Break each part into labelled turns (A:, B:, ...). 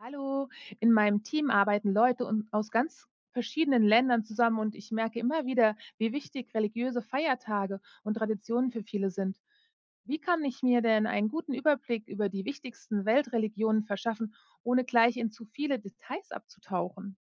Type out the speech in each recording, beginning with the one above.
A: Hallo, in meinem Team arbeiten Leute aus ganz verschiedenen Ländern zusammen und ich merke immer wieder, wie wichtig religiöse Feiertage und Traditionen für viele sind. Wie kann ich mir denn einen guten Überblick über die wichtigsten Weltreligionen verschaffen, ohne gleich in zu viele Details abzutauchen?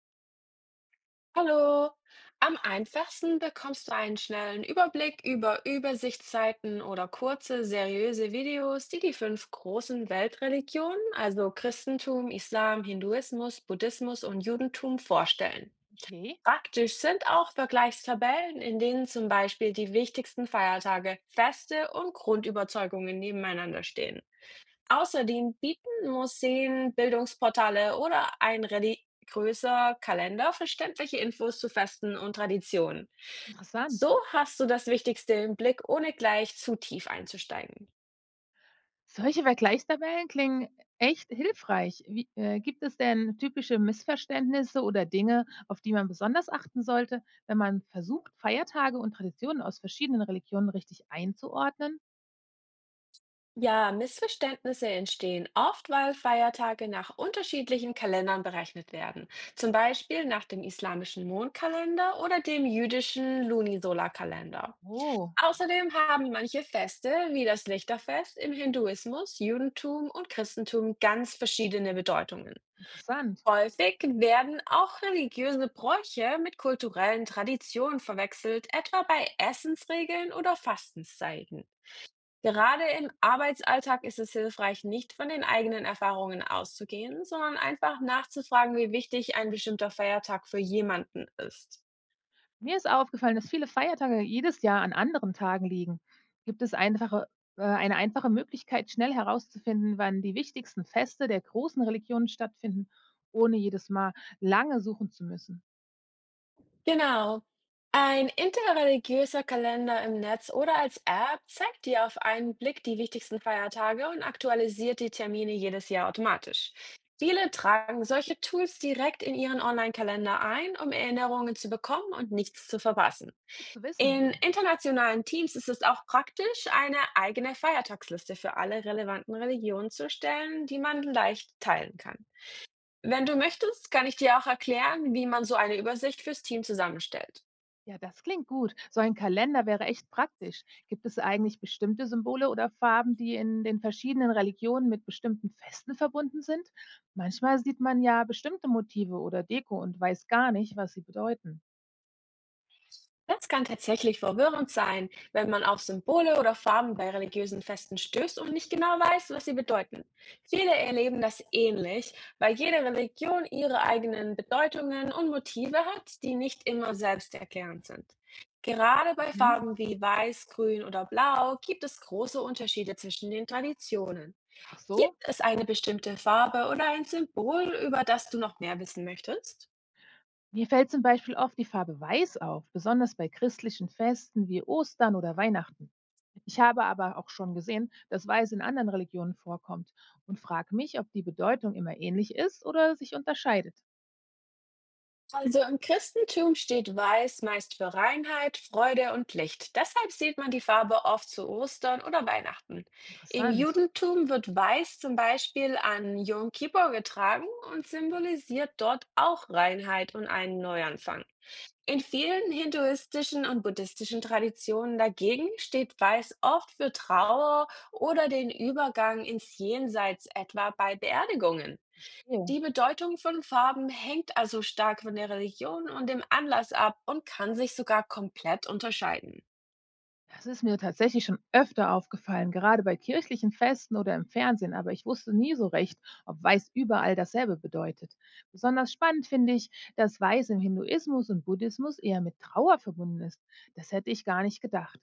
B: Hallo. Am einfachsten bekommst du einen schnellen Überblick über Übersichtsseiten oder kurze, seriöse Videos, die die 5 großen Weltreligionen, also Christentum, Islam, Hinduismus, Buddhismus und Judentum, vorstellen.
A: Okay,
B: Praktisch sind auch Vergleichstabellen, in denen zum Beispiel die wichtigsten Feiertage, Feste und Grundüberzeugungen nebeneinander stehen. Außerdem bieten Museen, Bildungsportale oder ein religiöser Kalender verständliche Infos zu Festen und Traditionen.
A: interessant.
B: So hast du das Wichtigste im Blick, ohne gleich zu tief einzusteigen.
A: Solche Vergleichstabellen klingen echt hilfreich. Wie, gibt es denn typische Missverständnisse oder Dinge, auf die man besonders achten sollte, wenn man versucht, Feiertage und Traditionen aus verschiedenen Religionen richtig einzuordnen?
B: Ja, Missverständnisse entstehen oft, weil Feiertage nach unterschiedlichen Kalendern berechnet werden. Zum Beispiel nach dem islamischen Mondkalender oder dem jüdischen Lunisolarkalender.
A: Oh,
B: Außerdem haben manche Feste, wie das Lichterfest, im Hinduismus, Judentum und Christentum ganz verschiedene Bedeutungen.
A: interessant.
B: Häufig werden auch religiöse Bräuche mit kulturellen Traditionen verwechselt, etwa bei Essensregeln oder Fastenszeiten. Gerade im Arbeitsalltag ist es hilfreich, nicht von den eigenen Erfahrungen auszugehen, sondern einfach nachzufragen, wie wichtig ein bestimmter Feiertag für jemanden ist.
A: Mir ist aufgefallen, dass viele Feiertage jedes Jahr an anderen Tagen liegen. Gibt es einfache, eine einfache Möglichkeit, schnell herauszufinden, wann die wichtigsten Feste der großen Religionen stattfinden, ohne jedes Mal lange suchen zu müssen?
B: Genau. Ein interreligiöser Kalender im Netz oder als App zeigt dir auf einen Blick die wichtigsten Feiertage und aktualisiert die Termine jedes Jahr automatisch. Viele tragen solche Tools direkt in ihren Online-Kalender ein, um Erinnerungen zu bekommen und nichts zu verpassen.
A: Gut zu
B: In
A: wissen.
B: internationalen Teams ist es auch praktisch, eine eigene Feiertagsliste für alle relevanten Religionen zu erstellen, die man leicht teilen kann. Wenn du möchtest, kann ich dir auch erklären, wie man so eine Übersicht fürs Team zusammenstellt.
A: Ja, das klingt gut. So ein Kalender wäre echt praktisch. Gibt es eigentlich bestimmte Symbole oder Farben, die in den verschiedenen Religionen mit bestimmten Festen verbunden sind? Manchmal sieht man ja bestimmte Motive oder Deko und weiß gar nicht, was sie bedeuten.
B: Das kann tatsächlich verwirrend sein, wenn man auf Symbole oder Farben bei religiösen Festen stößt und nicht genau weiß, was sie bedeuten. Viele erleben das ähnlich, weil jede Religion ihre eigenen Bedeutungen und Motive hat, die nicht immer selbsterklärend sind. Gerade bei
A: Mhm.
B: Farben wie Weiß, Grün oder Blau gibt es große Unterschiede zwischen den Traditionen.
A: Ach
B: Gibt
A: so?
B: es eine bestimmte Farbe oder ein Symbol, über das du noch mehr wissen möchtest?
A: Mir fällt zum Beispiel oft die Farbe Weiß auf, besonders bei christlichen Festen wie Ostern oder Weihnachten. Ich habe aber auch schon gesehen, dass Weiß in anderen Religionen vorkommt und frage mich, ob die Bedeutung immer ähnlich ist oder sich unterscheidet.
B: Also im Christentum steht Weiß meist für Reinheit, Freude und Licht. Deshalb sieht man die Farbe oft zu Ostern oder Weihnachten. Im
A: Interessant.
B: Judentum wird Weiß zum Beispiel an Yom Kippur getragen und symbolisiert dort auch Reinheit und einen Neuanfang. In vielen hinduistischen und buddhistischen Traditionen dagegen steht Weiß oft für Trauer oder den Übergang ins Jenseits, etwa bei Beerdigungen.
A: Okay.
B: Die Bedeutung von Farben hängt also stark von der Religion und dem Anlass ab und kann sich sogar komplett unterscheiden.
A: Das ist mir tatsächlich schon öfter aufgefallen, gerade bei kirchlichen Festen oder im Fernsehen, aber ich wusste nie so recht, ob weiß überall dasselbe bedeutet. Besonders spannend finde ich, dass weiß im Hinduismus und Buddhismus eher mit Trauer verbunden ist. Das hätte ich gar nicht gedacht.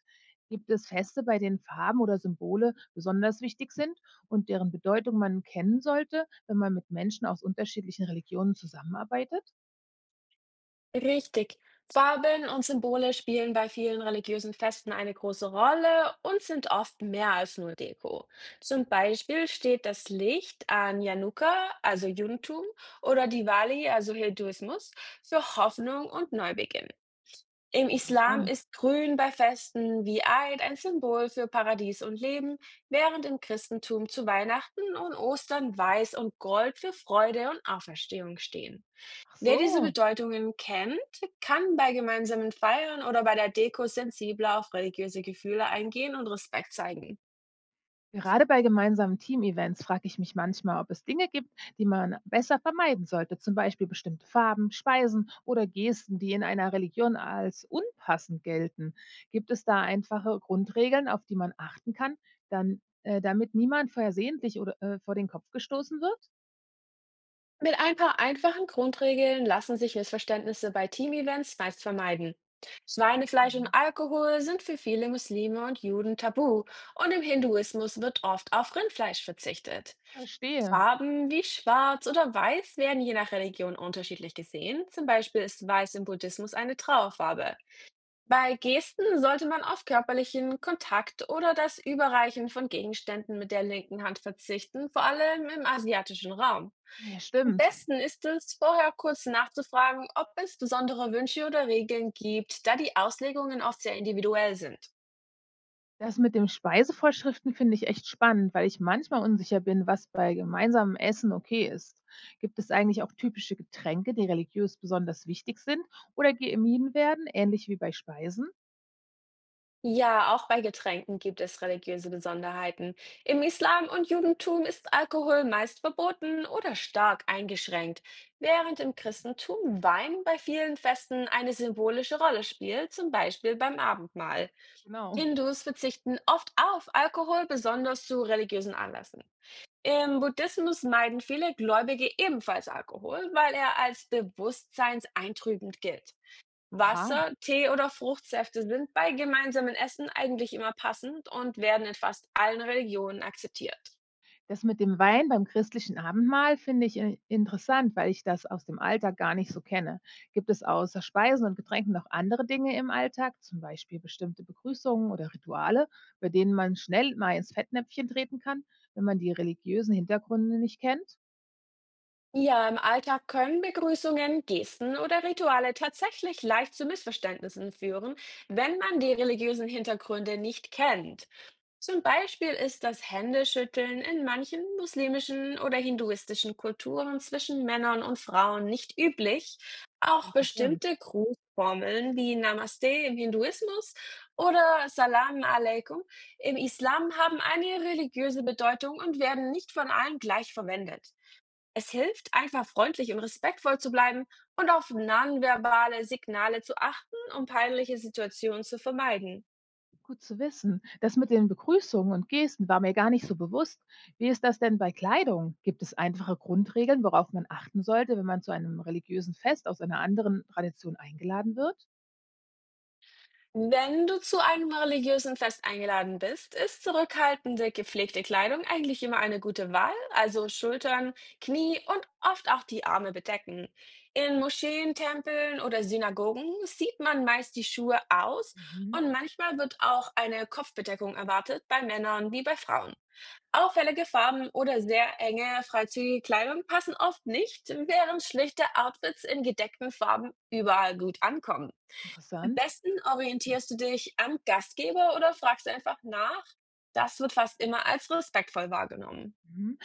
A: Gibt es Feste, bei denen Farben oder Symbole besonders wichtig sind und deren Bedeutung man kennen sollte, wenn man mit Menschen aus unterschiedlichen Religionen zusammenarbeitet?
B: Richtig. Farben und Symbole spielen bei vielen religiösen Festen eine große Rolle und sind oft mehr als nur Deko. Zum Beispiel steht das Licht an Januka, also Judentum, oder Diwali, also Hinduismus, für Hoffnung und Neubeginn. Im Islam
A: Interessant.
B: ist Grün bei Festen wie Eid ein Symbol für Paradies und Leben, während im Christentum zu Weihnachten und Ostern Weiß und Gold für Freude und Auferstehung stehen.
A: Ach
B: Wer diese
A: so.
B: Bedeutungen kennt, kann bei gemeinsamen Feiern oder bei der Deko sensibler auf religiöse Gefühle eingehen und Respekt zeigen.
A: Gerade bei gemeinsamen Team-Events frage ich mich manchmal, ob es Dinge gibt, die man besser vermeiden sollte, zum Beispiel bestimmte Farben, Speisen oder Gesten, die in einer Religion als unpassend gelten. Gibt es da einfache Grundregeln, auf die man achten kann, damit niemand versehentlich oder vor den Kopf gestoßen wird?
B: Mit ein paar einfachen Grundregeln lassen sich Missverständnisse bei Teamevents meist vermeiden. Schweinefleisch und
A: Mhm.
B: Alkohol sind für viele Muslime und Juden tabu und im Hinduismus wird oft auf Rindfleisch verzichtet.
A: Verstehe.
B: Farben wie schwarz oder weiß werden je nach Religion unterschiedlich gesehen. Zum Beispiel ist weiß im Buddhismus eine Trauerfarbe. Bei Gesten sollte man auf körperlichen Kontakt oder das Überreichen von Gegenständen mit der linken Hand verzichten, vor allem im asiatischen Raum.
A: Ja,
B: Am
A: stimmt.
B: besten ist es, vorher kurz nachzufragen, ob es besondere Wünsche oder Regeln gibt, da die Auslegungen oft sehr individuell sind.
A: Das mit den Speisevorschriften finde ich echt spannend, weil ich manchmal unsicher bin, was bei gemeinsamem Essen okay ist. Gibt es eigentlich auch typische Getränke, die religiös besonders wichtig sind oder gemieden werden, ähnlich wie bei Speisen?
B: Ja, auch bei Getränken gibt es religiöse Besonderheiten. Im Islam und Judentum ist Alkohol meist verboten oder stark eingeschränkt, während im Christentum Wein bei vielen Festen eine symbolische Rolle spielt, zum Beispiel beim Abendmahl.
A: Genau.
B: Hindus verzichten oft auf Alkohol, besonders zu religiösen Anlässen. Im Buddhismus meiden viele Gläubige ebenfalls Alkohol, weil er als bewusstseinseintrübend gilt.
A: Aha.
B: Wasser, Tee oder Fruchtsäfte sind bei gemeinsamen Essen eigentlich immer passend und werden in fast allen Religionen akzeptiert.
A: Das mit dem Wein beim christlichen Abendmahl finde ich in interessant, weil ich das aus dem Alltag gar nicht so kenne. Gibt es außer Speisen und Getränken noch andere Dinge im Alltag, zum Beispiel bestimmte Begrüßungen oder Rituale, bei denen man schnell mal ins Fettnäpfchen treten kann, wenn man die religiösen Hintergründe nicht kennt?
B: Ja, im Alltag können Begrüßungen, Gesten oder Rituale tatsächlich leicht zu Missverständnissen führen, wenn man die religiösen Hintergründe nicht kennt. Zum Beispiel ist das Händeschütteln in manchen muslimischen oder hinduistischen Kulturen zwischen Männern und Frauen nicht üblich. Auch
A: Interessant.
B: bestimmte Grußformeln wie Namaste im Hinduismus oder Salam Aleikum im Islam haben eine religiöse Bedeutung und werden nicht von allen gleich verwendet. Es hilft, einfach freundlich und respektvoll zu bleiben und auf nonverbale Signale zu achten, um peinliche Situationen zu vermeiden.
A: Gut zu wissen. Das mit den Begrüßungen und Gesten war mir gar nicht so bewusst. Wie ist das denn bei Kleidung? Gibt es einfache Grundregeln, worauf man achten sollte, wenn man zu einem religiösen Fest aus einer anderen Tradition eingeladen wird?
B: Wenn du zu einem religiösen Fest eingeladen bist, ist zurückhaltende, gepflegte Kleidung eigentlich immer eine gute Wahl, also Schultern, Knie und oft auch die Arme bedecken. In Moscheen, Tempeln oder Synagogen sieht man meist die Schuhe aus
A: Mhm,
B: und manchmal wird auch eine Kopfbedeckung erwartet bei Männern wie bei Frauen. Auffällige Farben oder sehr enge, freizügige Kleidung passen oft nicht, während schlichte Outfits in gedeckten Farben überall gut ankommen. Am
A: interessant.
B: besten orientierst du dich am Gastgeber oder fragst einfach nach. Das wird fast immer als respektvoll wahrgenommen.
A: Mhm.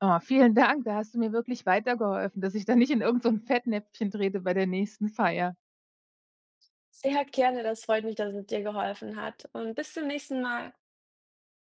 A: Ah, vielen Dank, da hast du mir wirklich weitergeholfen, dass ich da nicht in irgend so 'n Fettnäpfchen trete bei der nächsten Feier.
B: Sehr gerne, das freut mich, dass es dir geholfen hat. Und bis zum nächsten Mal.